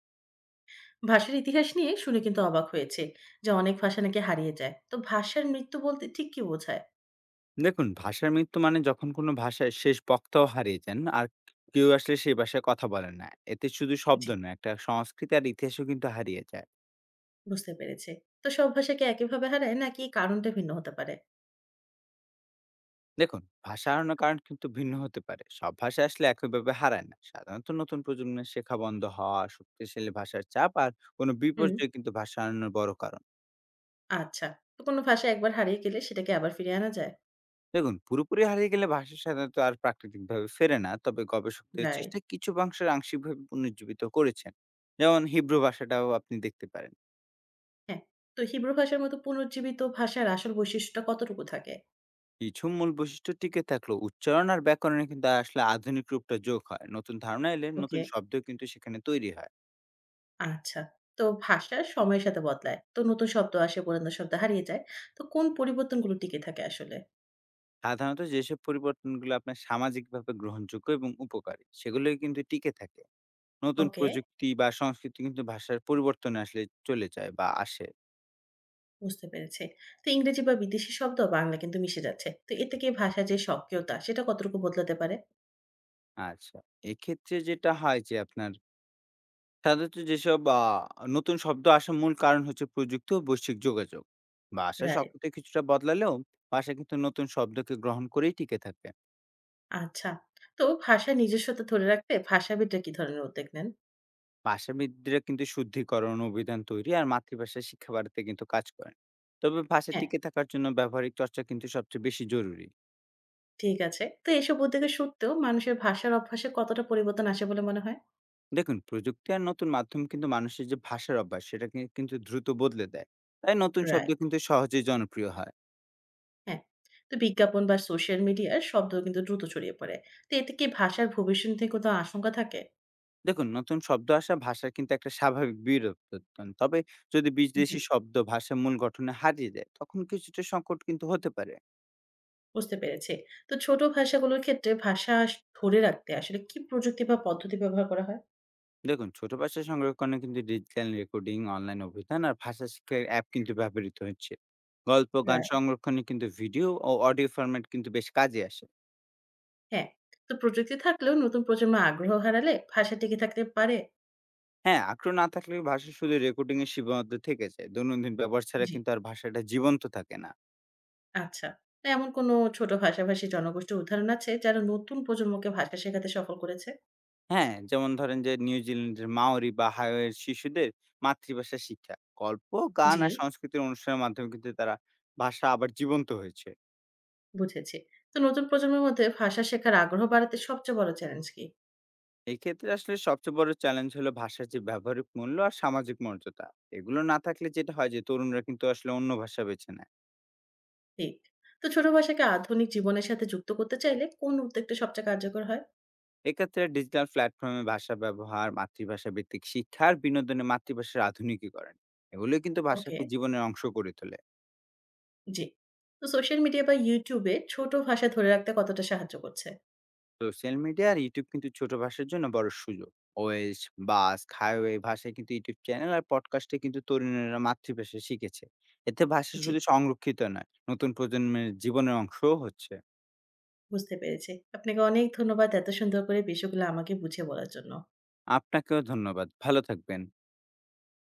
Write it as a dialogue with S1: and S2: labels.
S1: ভাষার ইতিহাস নিয়ে শুনে কিন্তু অবাক হয়েছে যে অনেক ভাষা নাকি হারিয়ে যায়। তো ভাষার মৃত্যু বলতে ঠিক কি বোঝায়?
S2: দেখুন, ভাষার মৃত্যু মানে যখন কোনো ভাষায় শেষ বক্তাও হারিয়ে যান আর কেউ আসলে সেই ভাষায় কথা বলেন না। এতে শুধু শব্দ
S1: জি,
S2: নয়, একটা সংস্কৃতি আর ইতিহাসও কিন্তু হারিয়ে যায়।
S1: বুঝতে পেরেছে। তো সব ভাষাকে একইভাবে হারায় নাকি কারণটা ভিন্ন হতে পারে?
S2: দেখুন, ভাষা হারানোর কারণ কিন্তু ভিন্ন হতে পারে। সব ভাষা আসলে একইভাবে হারায় না। সাধারণত নতুন প্রজন্মের শেখা বন্ধ হওয়া, শক্তিশালী ভাষার চাপ আর কোনো
S1: হুম।
S2: বিপর্যয় কিন্তু ভাষা হারানোর বড় কারণ।
S1: আচ্ছা। তো কোনো ভাষা একবার হারিয়ে গেলে সেটাকে আবার ফিরিয়ে আনা যায়?
S2: দেখুন, পুরোপুরি হারিয়ে গেলে ভাষা সাধারণত আর প্রাকৃতিকভাবে ফেরে না। তবে গবেষকদের
S1: রাইট।
S2: চেষ্টায় কিছু অংশের আংশিকভাবে পুনর্জীবিত করেছেন। যেমন হিব্রু ভাষাটাও আপনি দেখতে পারেন।
S1: হ্যাঁ। তো হিব্রু ভাষার মতো পুনর্জীবিত ভাষার আসল বৈশিষ্ট্যটা কতটুকু থাকে?
S2: কিছু মূল বৈশিষ্ট্য টিকে থাকলেও উচ্চারণ আর ব্যাকরণে কিন্তু আসলে আধুনিক রূপটা যোগ হয়। নতুন ধারণা এলে
S1: ওকে।
S2: নতুন শব্দ কিন্তু সেখানে তৈরি হয়।
S1: আচ্ছা। তো ভাষা সময়ের সাথে বদলায়, তো নতুন শব্দ আসে পুরাতন শব্দ হারিয়ে যায়। তো কোন পরিবর্তনগুলো টিকে থাকে আসলে?
S2: সাধারণত যেসব পরিবর্তনগুলো আপনার সামাজিকভাবে গ্রহণযোগ্য এবং উপকারী সেগুলোই কিন্তু টিকে থাকে। নতুন
S1: ওকে।
S2: প্রযুক্তি বা সংস্কৃতি কিন্তু ভাষার পরিবর্তনে আসলে চলে যায় বা আসে।
S1: বুঝতে পেরেছি। তো ইংরেজি বা বিদেশি শব্দ বাংলা কিন্তু মিশে যাচ্ছে। তো এতে কি ভাষার যে স্বকীয়তা সেটা কতটুকু বদলাতে পারে?
S2: আচ্ছা, এক্ষেত্রে যেটা হয় যে আপনার সাধারণত যেসব নতুন শব্দ আসার মূল কারণ হচ্ছে প্রযুক্তি ও বৈশ্বিক যোগাযোগ। ভাষা
S1: রাইট।
S2: সক্রিয় কিছুটা বদলালেও ভাষা কিন্তু নতুন শব্দকে গ্রহণ করেই টিকে থাকে।
S1: আচ্ছা। তো ভাষার নিজস্বতা ধরে রাখতে ভাষাবিদরা কি ধরনের উদ্যোগ নেন?
S2: ভাষাবিদরা কিন্তু শুদ্ধিকরণ, অভিধান তৈরি আর মাতৃভাষায় শিক্ষা বাড়াতে কিন্তু কাজ করেন। তবে ভাষা
S1: হ্যাঁ,
S2: টিকে থাকার জন্য ব্যবহারিক চর্চা কিন্তু সবচেয়ে বেশি জরুরি।
S1: ঠিক আছে। তো এসব উদ্যোগের সত্ত্বেও মানুষের ভাষার অভ্যাসে কতটা পরিবর্তন আসে বলে মনে হয়?
S2: দেখুন, প্রযুক্তি আর নতুন মাধ্যম কিন্তু মানুষের যে ভাষার অভ্যাস সেটাকে কিন্তু দ্রুত বদলে দেয়। তাই নতুন শব্দ
S1: রাইট,
S2: কিন্তু সহজেই জনপ্রিয় হয়।
S1: হ্যাঁ। তো বিজ্ঞাপন বা সোশ্যাল মিডিয়ার শব্দ কিন্তু দ্রুত ছড়িয়ে পড়ে। তো এতে কি ভাষার ভবিষ্যৎ নিয়ে কোনো আশঙ্কা থাকে?
S2: দেখুন, নতুন শব্দ আসা ভাষার কিন্তু একটা স্বাভাবিক বিবর্তন। তবে যদি
S1: জি,
S2: বিদেশি শব্দ ভাষার মূল গঠনে হারিয়ে যায়, তখন কিছুটা সংকট কিন্তু হতে পারে।
S1: বুঝতে পেরেছি। তো ছোট ভাষাগুলোর ক্ষেত্রে ভাষা ধরে রাখতে আসলে কি প্রযুক্তি বা পদ্ধতি ব্যবহার করা হয়?
S2: দেখুন, ছোট ভাষা সংরক্ষণে কিন্তু ডিজিটাল রেকর্ডিং, অনলাইন অভিধান আর ভাষা শিক্ষার অ্যাপ কিন্তু ব্যবহৃত হচ্ছে। গল্প, গান
S1: রাইট,
S2: সংরক্ষণে কিন্তু ভিডিও ও অডিও ফরম্যাট কিন্তু বেশ কাজে আসে।
S1: হ্যাঁ। তো প্রযুক্তি থাকলেও নতুন প্রজন্ম আগ্রহ হারালে ভাষা টিকে থাকতে পারে?
S2: হ্যাঁ, আগ্রহ না থাকলে ভাষা শুধু রেকর্ডিং এর সীমাবদ্ধ থেকে যায়। দৈনন্দিন ব্যবহার ছাড়া
S1: জি,
S2: কিন্তু আর ভাষাটা জীবন্ত থাকে না।
S1: আচ্ছা। তো এমন কোনো ছোট ভাষাভাষী জনগোষ্ঠীর উদাহরণ আছে যারা নতুন প্রজন্মকে ভাষা শেখাতে সফল করেছে?
S2: হ্যাঁ, যেমন ধরেন যে নিউজিল্যান্ডের মাওরি বা হাওয়াইয়ের শিশুদের মাতৃভাষা শিক্ষা, গল্প, গান
S1: জি,
S2: আর সংস্কৃতির অনুষ্ঠানের মাধ্যমে কিন্তু তারা ভাষা আবার জীবন্ত হয়েছে।
S1: বুঝেছি। তো নতুন প্রজন্মের মধ্যে ভাষা শেখার আগ্রহ বাড়াতে সবচেয়ে বড় চ্যালেঞ্জ কি?
S2: এক্ষেত্রে আসলে সবচেয়ে বড় চ্যালেঞ্জ হলো ভাষার যে ব্যবহারিক মূল্য আর সামাজিক মর্যাদা। এগুলো না থাকলে যেটা হয় যে তরুণরা কিন্তু আসলে অন্য ভাষা বেছে নেয়।
S1: ঠিক। তো ছোট ভাষাকে আধুনিক জীবনের সাথে যুক্ত করতে চাইলে কোন উদ্যোগটা সবচেয়ে কার্যকর হয়?
S2: এক্ষেত্রে ডিজিটাল প্ল্যাটফর্মে ভাষা ব্যবহার, মাতৃভাষা ভিত্তিক শিক্ষা আর বিনোদনে মাতৃভাষার আধুনিকীকরণ, এগুলোই কিন্তু
S1: ওকে,
S2: ভাষাকে জীবনের অংশ করে তোলে।
S1: জি। তো সোশ্যাল মিডিয়া বা YouTube এ ছোট ভাষা ধরে রাখতে কতটা সাহায্য করছে?
S2: সোশ্যাল মিডিয়া আর ইউটিউব কিন্তু ছোট ভাষার জন্য বড় সুযোগ। ওয়েস বাস হাইওয়ে ভাষায় কিন্তু ইউটিউব চ্যানেল আর পডকাস্টে কিন্তু তরুণেরা মাতৃভাষা শিখেছে। এতে ভাষা
S1: জি,
S2: শুধু সংরক্ষিত নয়, নতুন প্রজন্মের জীবনের অংশও হচ্ছে।
S1: বুঝতে পেরেছি। আপনাকে অনেক ধন্যবাদ এত সুন্দর করে বিষয়গুলো আমাকে বুঝিয়ে বলার জন্য।
S2: আপনাকেও ধন্যবাদ। ভালো থাকবেন।